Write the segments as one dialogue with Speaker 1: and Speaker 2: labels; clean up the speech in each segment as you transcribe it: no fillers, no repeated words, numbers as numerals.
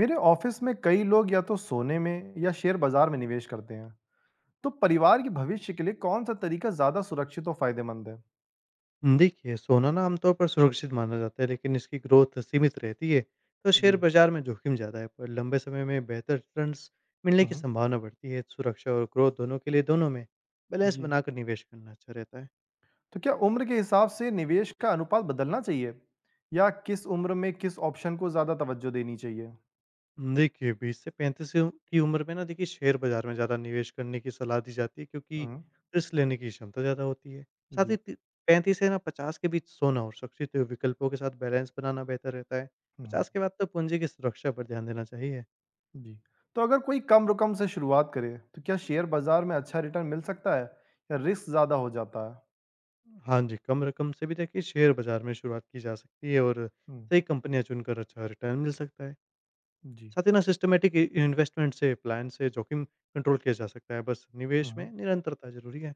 Speaker 1: मेरे ऑफिस में कई लोग या तो सोने में या शेयर बाजार में निवेश करते हैं। तो परिवार के भविष्य के लिए कौन सा तरीका ज्यादा सुरक्षित और फायदेमंद है?
Speaker 2: देखिए, सोना ना आमतौर पर सुरक्षित माना जाता है, लेकिन इसकी ग्रोथ सीमित रहती है। तो शेयर
Speaker 1: जी।
Speaker 2: बाजार में जोखिम ज़्यादा है, पर लंबे समय में बेहतर रिटर्न्स मिलने की
Speaker 1: हम्म।
Speaker 2: संभावना बढ़ती है। सुरक्षा और ग्रोथ दोनों के लिए दोनों में बैलेंस
Speaker 1: जी।
Speaker 2: बनाकर निवेश करना अच्छा रहता है।
Speaker 1: तो क्या उम्र के हिसाब से निवेश का अनुपात बदलना चाहिए, या किस उम्र में किस ऑप्शन को ज्यादा तवज्जो देनी चाहिए?
Speaker 2: देखिए, बीस से पैंतीस की उम्र में ना देखिए, शेयर बाजार में ज़्यादा निवेश करने की सलाह दी जाती है, क्योंकि
Speaker 1: हम्म।
Speaker 2: रिस्क लेने की क्षमता ज़्यादा होती है। साथ
Speaker 1: जी।
Speaker 2: ही ती- पैंतीस से ना पचास के बीच सोना और सुरक्षित विकल्पों के साथ बैलेंस बनाना बेहतर रहता है।
Speaker 1: हम्म।
Speaker 2: पचास के बाद तो पूंजी की सुरक्षा पर ध्यान देना चाहिए।
Speaker 1: जी। तो अगर कोई कम रकम से शुरुआत करे, तो क्या शेयर बाजार में अच्छा रिटर्न मिल सकता है, या रिस्क ज्यादा हो जाता है?
Speaker 2: हाँ जी, कम रकम से भी देखिए, शेयर बाज़ार में शुरुआत की जा सकती है और
Speaker 1: हम्म।
Speaker 2: सही कंपनियाँ चुनकर अच्छा रिटर्न मिल सकता है। साथ ही ना सिस्टमैटिक इ इन्वेस्टमेंट से प्लान से जोखिम कंट्रोल किया जा सकता है, बस निवेश
Speaker 1: जी।
Speaker 2: में निरंतरता ज़रूरी है।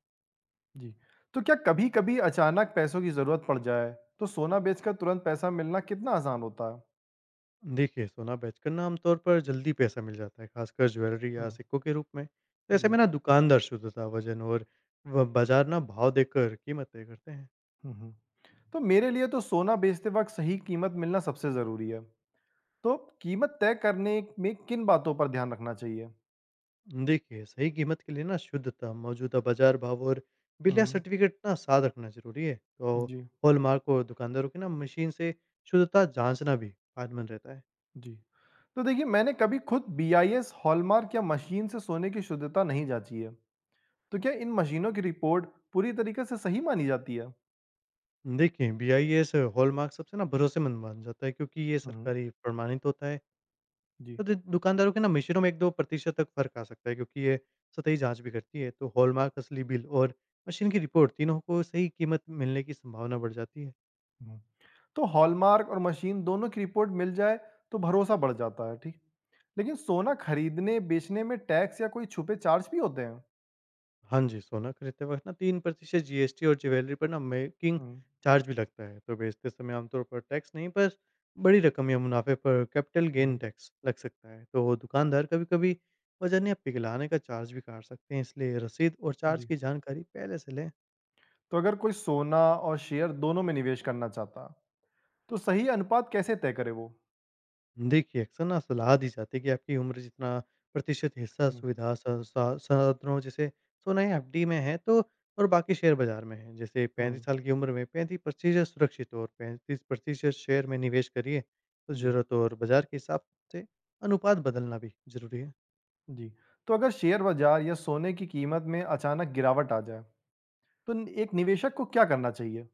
Speaker 1: जी, तो क्या कभी-कभी अचानक पैसों की ज़रूरत पड़ जाए, तो सोना बेचकर तुरंत पैसा मिलना कितना आसान होता है?
Speaker 2: देखिए, सोना बेचकर ना आमतौर पर जल्दी पैसा मिल जाता है, खासकर ज्वेलरी या
Speaker 1: हुँ,
Speaker 2: सिक्कों के रूप में। तो ऐसे
Speaker 1: जी,
Speaker 2: में ना दुकानदार शुद्धता, वज़न और व बाज़ार ना भाव देखकर कीमत तय करते हैं।
Speaker 1: हुँ, हुँ। तो मेरे लिए तो सोना बेचते वक़्त सही कीमत मिलना सबसे ज़रूरी है। तो कीमत तय करने में किन बातों पर ध्यान रखना चाहिए?
Speaker 2: देखिए, सही कीमत के लिए ना शुद्धता, मौजूदा बाज़ार भाव और बिल या
Speaker 1: हुँ,
Speaker 2: सर्टिफ़िकेट ना साथ रखना ज़रूरी है। तो
Speaker 1: जी,
Speaker 2: हॉलमार्क और दुकानदारों की ना मशीन से शुद्धता जाँचना भी फ़ायदेमंद रहता है।
Speaker 1: जी। तो देखिए मैंने कभी खुद बीआईएस, हॉलमार्क या मशीन से सोने की शुद्धता नहीं जाँची है। तो क्या इन मशीनों की रिपोर्ट पूरी तरीके से सही मानी जाती है?
Speaker 2: देखिए, बीआईएस हॉलमार्क सबसे ना भरोसेमंद माना जाता है, क्योंकि ये
Speaker 1: हुँ, हुँ,
Speaker 2: सरकारी प्रमाणित होता है।
Speaker 1: जी,
Speaker 2: तो दु दुकानदारों के ना मशीनों में 1-2% तक फ़र्क आ सकता है, क्योंकि ये सतही जाँच भी करती है। तो हॉलमार्क असली बिल और मशीन की रिपोर्ट तीनों को सही कीमत मिलने की संभावना बढ़ जाती है।
Speaker 1: हुँ। तो हॉलमार्क और मशीन दोनों की रिपोर्ट मिल जाए, तो भरोसा बढ़ जाता है, ठीक। लेकिन सोना खरीदने बेचने में टैक्स या कोई छुपे चार्ज भी होते हैं?
Speaker 2: हाँ जी, सोना खरीदते वक़्त ना 3% जीएसटी और ज्वेलरी पर ना मेकिंग
Speaker 1: हम्म,
Speaker 2: चार्ज भी लगता है। तो बेचते समय आमतौर पर टैक्स नहीं, पर बड़ी रकम या मुनाफ़े पर कैपिटल गेन
Speaker 1: हम्म,
Speaker 2: टैक्स लग सकता है। तो दुकानदार कभी-कभी वज़न या पिघलाने का चार्ज भी काट सकते हैं, इसलिए रसीद और चार्ज
Speaker 1: जी।
Speaker 2: की जानकारी पहले से लें।
Speaker 1: तो अगर कोई सोना और शेयर दोनों में निवेश करना चाहता, तो सही अनुपात कैसे तय करे वो?
Speaker 2: देखिए, अक्सर ना सलाह दी जाती है कि आपकी उम्र जितना प्रतिशत हिस्सा
Speaker 1: हम्म,
Speaker 2: सुविधा स सा साधनों जैसे सोना या एफडी में है, तो और बाकी शेयर बाज़ार में है। जैसे
Speaker 1: हम्म,
Speaker 2: 35 साल की उम्र में 35% सुरक्षित और 35% शेयर में निवेश करिए, तो
Speaker 1: जी।
Speaker 2: ज़रूरत और बाज़ार के हिसाब से अनुपात बदलना भी ज़रूरी है।
Speaker 1: जी। तो अगर शेयर बाजार या सोने की कीमत में अचानक गिरावट आ जाए, तो एक निवेशक को क्या करना चाहिए?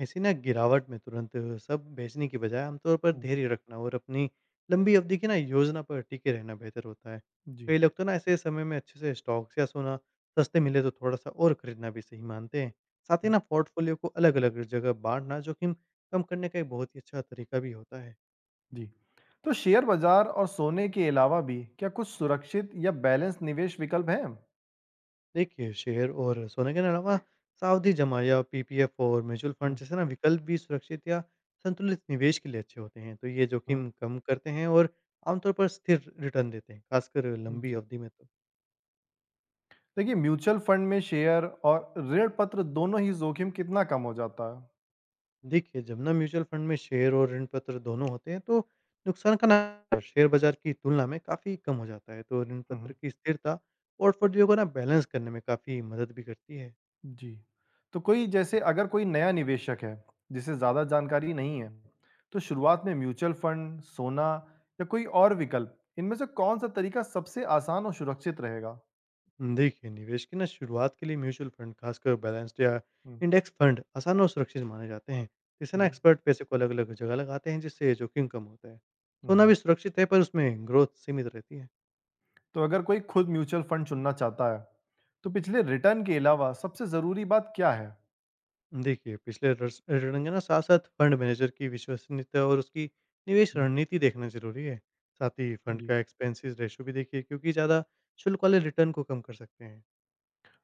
Speaker 2: ऐसी ना गिरावट में तुरंत सब बेचने की बजाय आमतौर पर
Speaker 1: हम्म,
Speaker 2: धैर्य रखना और अपनी लंबी अवधि की ना योजना पर टिके रहना बेहतर होता है।
Speaker 1: जी।
Speaker 2: कई लोग तो ना ऐसे समय में अच्छे से स्टॉक्स या सोना सस्ते मिले तो थोड़ा सा और खरीदना भी सही मानते हैं। साथ ही
Speaker 1: हम्म।
Speaker 2: ना पोर्टफोलियो को अलग अलग जगह बांटना जोखिम कम करने का एक बहुत ही अच्छा तरीका भी होता है।
Speaker 1: जी। तो शेयर बाजार और सोने के अलावा भी क्या कुछ सुरक्षित या बैलेंस निवेश विकल्प हैं?
Speaker 2: देखिए, शेयर और सोने के अलावा सावधि जमा या पीपीएफ और म्यूचुअल फंड
Speaker 1: हुँ,
Speaker 2: जैसे ना विकल्प भी सुरक्षित या संतुलित निवेश के लिए अच्छे होते हैं। तो ये
Speaker 1: हुँ,
Speaker 2: जोखिम कम करते हैं और आमतौर पर स्थिर रिटर्न देते हैं, खासकर लंबी
Speaker 1: जी।
Speaker 2: अवधि में तो।
Speaker 1: देखिए, म्यूचुअल फंड में शेयर और ऋण पत्र दोनों ही जोखिम कितना कम हो जाता हुँ, हुँ। है?
Speaker 2: देखिए, जब ना म्यूचुअल फंड में शेयर और ऋण पत्र दोनों होते हैं, तो नुकसान का ना शेयर बाजार की तुलना में काफ़ी कम हो जाता है। तो ऋण
Speaker 1: हम्म,
Speaker 2: पत्र की स्थिरता पोर्टफोलियो को ना बैलेंस करने में काफ़ी मदद भी करती है।
Speaker 1: जी। तो कोई, जैसे अगर कोई नया निवेशक है, जिसे ज़्यादा जानकारी नहीं है, तो शुरुआत में म्यूचुअल फंड, सोना या कोई और विकल्प, इनमें से कौन-सा तरीका सबसे आसान और सुरक्षित रहेगा?
Speaker 2: देखिए, निवेश की ना शुरुआत के लिए म्यूचुअल फंड, खासकर बैलेंस्ड या
Speaker 1: हुँ,
Speaker 2: इंडेक्स फंड आसान और सुरक्षित माने जाते हैं। इससे ना
Speaker 1: जी।
Speaker 2: एक्सपर्ट पैसे को अलग-अलग जगह लगाते हैं, जिससे जोखिम कम होता है।
Speaker 1: हुँ,
Speaker 2: सोना
Speaker 1: हुँ।
Speaker 2: भी सुरक्षित है, पर उसमें ग्रोथ सीमित रहती है।
Speaker 1: तो अगर कोई खुद म्यूचुअल फंड चुनना चाहता है, तो पिछले रिटर्न के अलावा सबसे ज़रूरी बात क्या है?
Speaker 2: देखिए, पिछले रिटर्न के ना साथ-साथ फंड मैनेजर की विश्वसनीयता और उसकी निवेश
Speaker 1: हुँ,
Speaker 2: रणनीति देखना जरूरी है। साथ ही फंड
Speaker 1: जी।
Speaker 2: का एक्सपेंसेस रेशो भी देखिए, क्योंकि ज़्यादा शुल्क वाले रिटर्न को कम कर सकते हैं।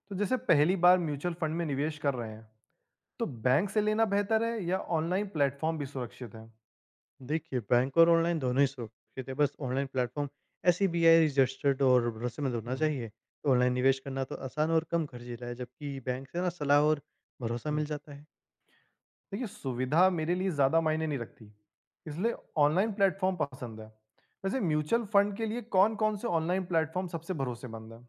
Speaker 1: तो जैसे पहली बार म्यूचुअल फंड में निवेश कर रहे हैं, तो बैंक से लेना बेहतर है या ऑनलाइन प्लेटफ़ॉर्म भी सुरक्षित है?
Speaker 2: देखिए, बैंक और ऑनलाइन दोनों ही सुरक्षित है, बस ऑनलाइन प्लेटफॉर्म एस रजिस्टर्ड और भरोसेमंद होना
Speaker 1: हुँ,
Speaker 2: चाहिए। तो ऑनलाइन निवेश करना तो आसान और कम खर्चीला है, जबकि बैंक से ना सलाह और भरोसा
Speaker 1: हुँ।
Speaker 2: मिल जाता है।
Speaker 1: देखिए, सुविधा मेरे लिए ज़्यादा मायने नहीं रखती, इसलिए ऑनलाइन प्लेटफ़ॉर्म पसंद है। वैसे म्यूचुअल फंड के लिए कौन-कौन से ऑनलाइन प्लेटफ़ॉर्म सबसे भरोसेमंद हैं?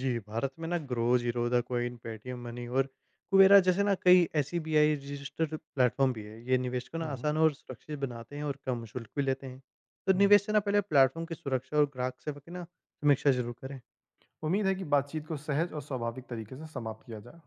Speaker 2: जी, भारत में ना Groww, Zerodha, Coin, Paytm Money और कुबेरा जैसे ना कई एस रजिस्टर्ड प्लेटफॉर्म भी है। ये निवेश को ना
Speaker 1: हुँ, हुँ,
Speaker 2: आसान और सुरक्षित बनाते हैं और कम शुल्क भी लेते हैं। तो
Speaker 1: हुँ।
Speaker 2: निवेश से ना पहले प्लेटफॉर्म की सुरक्षा और ग्राहक सेवा की ना समीक्षा जरूर करें।
Speaker 1: उम्मीद है कि बातचीत को सहज और स्वाभाविक तरीके से समाप्त किया जाए।